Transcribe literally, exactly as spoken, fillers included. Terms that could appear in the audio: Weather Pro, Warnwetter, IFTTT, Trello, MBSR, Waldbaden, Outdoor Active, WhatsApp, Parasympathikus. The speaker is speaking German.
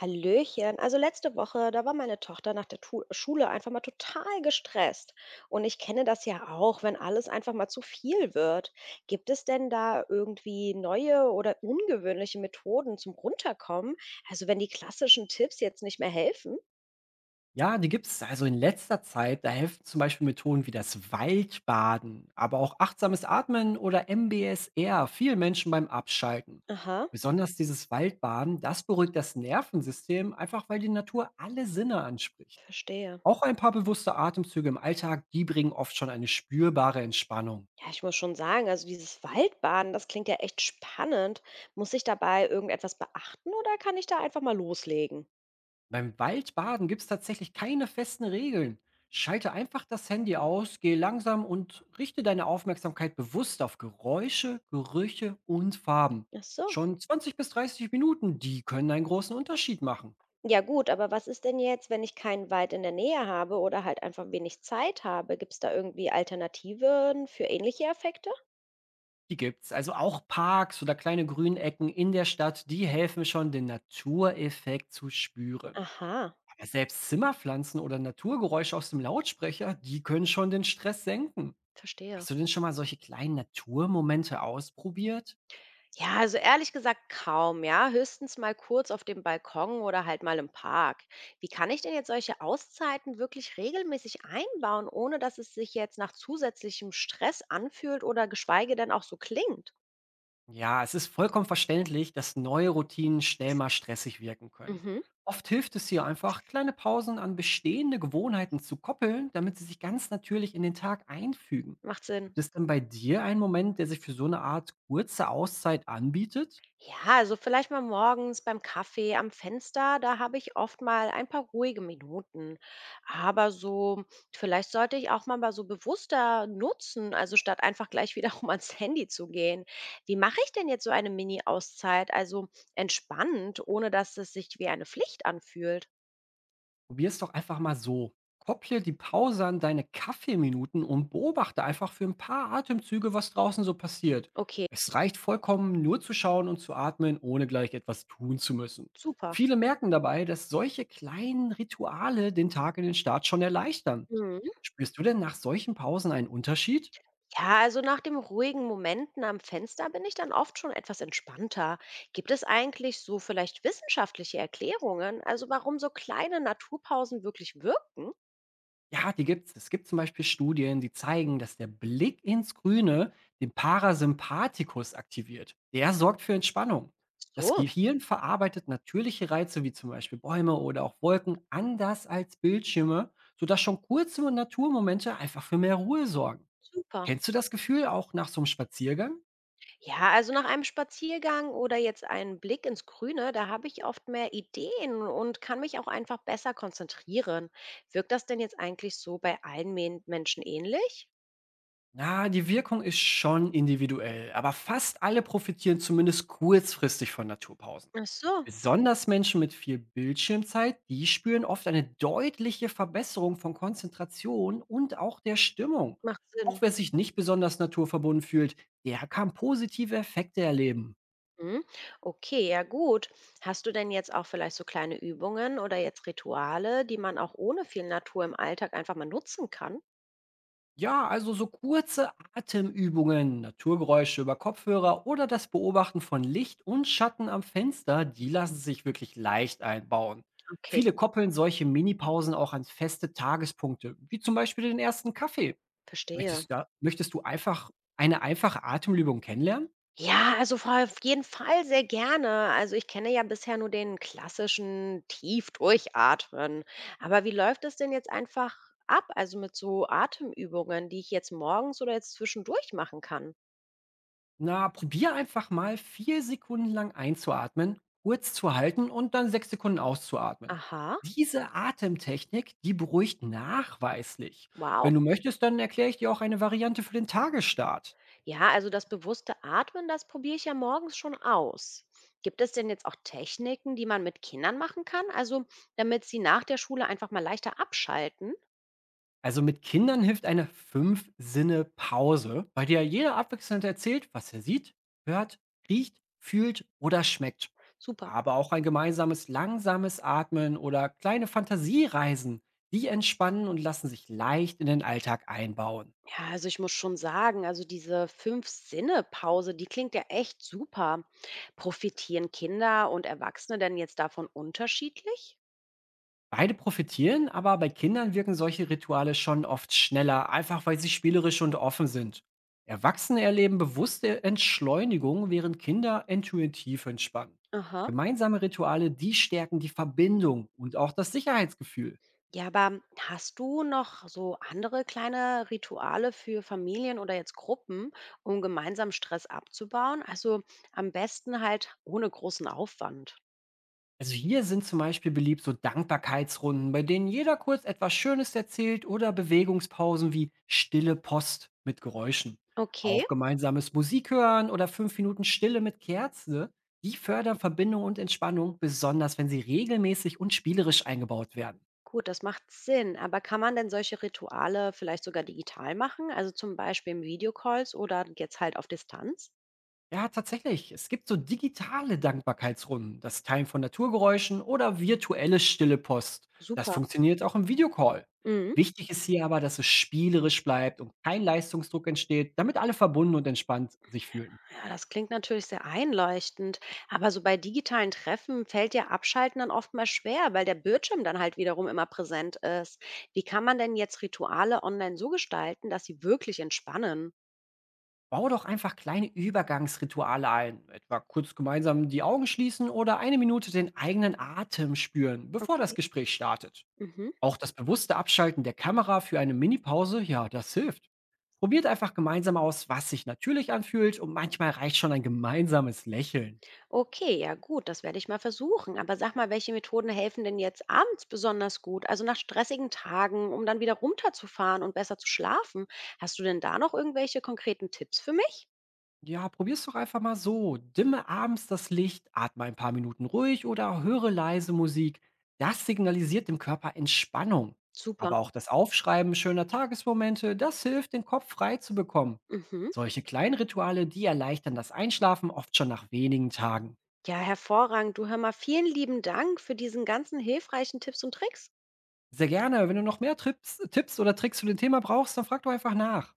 Hallöchen. Also letzte Woche, da war meine Tochter nach der Tu Schule einfach mal total gestresst. Und ich kenne das ja auch, wenn alles einfach mal zu viel wird. Gibt es denn da irgendwie neue oder ungewöhnliche Methoden zum Runterkommen? Also wenn die klassischen Tipps jetzt nicht mehr helfen? Ja, die gibt's. Also in letzter Zeit, da helfen zum Beispiel Methoden wie das Waldbaden, aber auch achtsames Atmen oder M B S R vielen Menschen beim Abschalten. Aha, Besonders dieses Waldbaden, das beruhigt das Nervensystem, einfach weil die Natur alle Sinne anspricht. verstehe. Auch ein paar bewusste Atemzüge im Alltag, die bringen oft schon eine spürbare Entspannung. Ja, ich muss schon sagen, also dieses Waldbaden, das klingt ja echt spannend. Muss ich dabei irgendetwas beachten oder kann ich da einfach mal loslegen? Beim Waldbaden gibt es tatsächlich keine festen Regeln. Schalte einfach das Handy aus, geh langsam und richte deine Aufmerksamkeit bewusst auf Geräusche, Gerüche und Farben. Ach so. Schon zwanzig bis dreißig Minuten, die können einen großen Unterschied machen. Ja gut, aber was ist denn jetzt, wenn ich keinen Wald in der Nähe habe oder halt einfach wenig Zeit habe? Gibt's da irgendwie Alternativen für ähnliche Effekte? Die gibt's. Also auch Parks oder kleine Grünecken in der Stadt, die helfen schon, den Natureffekt zu spüren. Aha. Aber selbst Zimmerpflanzen oder Naturgeräusche aus dem Lautsprecher, die können schon den Stress senken. Verstehe. Hast du denn schon mal solche kleinen Naturmomente ausprobiert? Ja, also ehrlich gesagt kaum, ja. Höchstens mal kurz auf dem Balkon oder halt mal im Park. Wie kann ich denn jetzt solche Auszeiten wirklich regelmäßig einbauen, ohne dass es sich jetzt nach zusätzlichem Stress anfühlt oder geschweige denn auch so klingt? Ja, es ist vollkommen verständlich, dass neue Routinen schnell mal stressig wirken können. Mhm. Oft hilft es hier einfach, kleine Pausen an bestehende Gewohnheiten zu koppeln, damit sie sich ganz natürlich in den Tag einfügen. Macht Sinn. Gibt es denn bei dir einen Moment, der sich für so eine Art kurze Auszeit anbietet? Ja, also vielleicht mal morgens beim Kaffee am Fenster, da habe ich oft mal ein paar ruhige Minuten. Aber so, vielleicht sollte ich auch mal mal so bewusster nutzen, also statt einfach gleich wiederum ans Handy zu gehen. Wie mache ich denn jetzt so eine Mini-Auszeit, also entspannt, ohne dass es sich wie eine Pflicht anfühlt? Probier's doch einfach mal so. Kopple die Pause an deine Kaffeeminuten und beobachte einfach für ein paar Atemzüge, was draußen so passiert. Okay, Es reicht vollkommen, nur zu schauen und zu atmen, ohne gleich etwas tun zu müssen. super. Viele merken dabei, dass solche kleinen Rituale den Tag in den Start schon erleichtern. Mhm. Spürst du denn nach solchen Pausen einen Unterschied? Ja, also nach dem ruhigen Momenten am Fenster bin ich dann oft schon etwas entspannter. Gibt es eigentlich so vielleicht wissenschaftliche Erklärungen, also warum so kleine Naturpausen wirklich wirken? Ja, die gibt's. Es gibt zum Beispiel Studien, die zeigen, dass der Blick ins Grüne den Parasympathikus aktiviert. Der sorgt für Entspannung. Das So, Gehirn verarbeitet natürliche Reize wie zum Beispiel Bäume oder auch Wolken anders als Bildschirme, sodass schon kurze Naturmomente einfach für mehr Ruhe sorgen. super. Kennst du das Gefühl auch nach so einem Spaziergang? Ja, also nach einem Spaziergang oder jetzt einen Blick ins Grüne, da habe ich oft mehr Ideen und kann mich auch einfach besser konzentrieren. Wirkt das denn jetzt eigentlich so bei allen Men- Menschen ähnlich? Na, die Wirkung ist schon individuell, aber fast alle profitieren zumindest kurzfristig von Naturpausen. Ach so, Besonders Menschen mit viel Bildschirmzeit, die spüren oft eine deutliche Verbesserung von Konzentration und auch der Stimmung. macht Auch Sinn. wer sich nicht besonders naturverbunden fühlt, der kann positive Effekte erleben. Mhm. Okay, ja gut. Hast du denn jetzt auch vielleicht so kleine Übungen oder jetzt Rituale, die man auch ohne viel Natur im Alltag einfach mal nutzen kann? Ja, also so kurze Atemübungen, Naturgeräusche über Kopfhörer oder das Beobachten von Licht und Schatten am Fenster, die lassen sich wirklich leicht einbauen. Okay, Viele koppeln solche Minipausen auch an feste Tagespunkte, wie zum Beispiel den ersten Kaffee. verstehe. Möchtest du, da möchtest du einfach eine einfache Atemübung kennenlernen? Ja, also vor- auf jeden Fall sehr gerne. Also ich kenne ja bisher nur den klassischen tief durchatmen. Aber wie läuft es denn jetzt einfach ab? Also mit so Atemübungen, die ich jetzt morgens oder jetzt zwischendurch machen kann? Na, probier einfach mal vier Sekunden lang einzuatmen, kurz zu halten und dann sechs Sekunden auszuatmen. Aha. Diese Atemtechnik, die beruhigt nachweislich. Wow. Wenn du möchtest, dann erkläre ich dir auch eine Variante für den Tagesstart. Ja, also das bewusste Atmen, das probiere ich ja morgens schon aus. Gibt es denn jetzt auch Techniken, die man mit Kindern machen kann? Also, damit sie nach der Schule einfach mal leichter abschalten? Also mit Kindern hilft eine Fünf-Sinne-Pause, bei der jeder abwechselnd erzählt, was er sieht, hört, riecht, fühlt oder schmeckt. Super. Aber auch ein gemeinsames langsames Atmen oder kleine Fantasiereisen, die entspannen und lassen sich leicht in den Alltag einbauen. Ja, also ich muss schon sagen, also diese Fünf-Sinne-Pause, die klingt ja echt super. Profitieren Kinder und Erwachsene denn jetzt davon unterschiedlich? Beide profitieren, aber bei Kindern wirken solche Rituale schon oft schneller, einfach weil sie spielerisch und offen sind. Erwachsene erleben bewusste Entschleunigung, während Kinder intuitiv entspannen. Aha. Gemeinsame Rituale, die stärken die Verbindung und auch das Sicherheitsgefühl. Ja, aber hast du noch so andere kleine Rituale für Familien oder jetzt Gruppen, um gemeinsam Stress abzubauen? Also am besten halt ohne großen Aufwand. Also hier sind zum Beispiel beliebt so Dankbarkeitsrunden, bei denen jeder kurz etwas Schönes erzählt oder Bewegungspausen wie stille Post mit Geräuschen. Okay, Auch gemeinsames Musik hören oder fünf Minuten Stille mit Kerze, die fördern Verbindung und Entspannung, besonders wenn sie regelmäßig und spielerisch eingebaut werden. gut, das macht Sinn. Aber kann man denn solche Rituale vielleicht sogar digital machen? Also zum Beispiel in Videocalls oder jetzt halt auf Distanz? Ja, tatsächlich. Es gibt so digitale Dankbarkeitsrunden, das Teilen von Naturgeräuschen oder virtuelle stille Post. Das Super. funktioniert auch im Videocall. Mhm. Wichtig ist hier aber, dass es spielerisch bleibt und kein Leistungsdruck entsteht, damit alle verbunden und entspannt sich fühlen. Ja, das klingt natürlich sehr einleuchtend, aber so bei digitalen Treffen fällt ja Abschalten dann oftmals schwer, weil der Bildschirm dann halt wiederum immer präsent ist. Wie kann man denn jetzt Rituale online so gestalten, dass sie wirklich entspannen? Bau doch einfach kleine Übergangsrituale ein, etwa kurz gemeinsam die Augen schließen oder eine Minute den eigenen Atem spüren, bevor das Okay. Gespräch startet. Mhm. Auch das bewusste Abschalten der Kamera für eine Minipause, ja, das hilft. Probiert einfach gemeinsam aus, was sich natürlich anfühlt und manchmal reicht schon ein gemeinsames Lächeln. Okay, ja gut, das werde ich mal versuchen. Aber sag mal, welche Methoden helfen denn jetzt abends besonders gut? Also nach stressigen Tagen, um dann wieder runterzufahren und besser zu schlafen. Hast du denn da noch irgendwelche konkreten Tipps für mich? Ja, probier's doch einfach mal so. Dimme abends das Licht, atme ein paar Minuten ruhig oder höre leise Musik. Das signalisiert dem Körper Entspannung. Super. Aber auch das Aufschreiben schöner Tagesmomente, das hilft, den Kopf frei zu bekommen. Mhm. Solche kleinen Rituale, die erleichtern das Einschlafen oft schon nach wenigen Tagen. Ja, hervorragend. Du hör mal, vielen lieben Dank für diesen ganzen hilfreichen Tipps und Tricks. Sehr gerne. Wenn du noch mehr Tipps, Tipps oder Tricks zu dem Thema brauchst, dann frag doch einfach nach.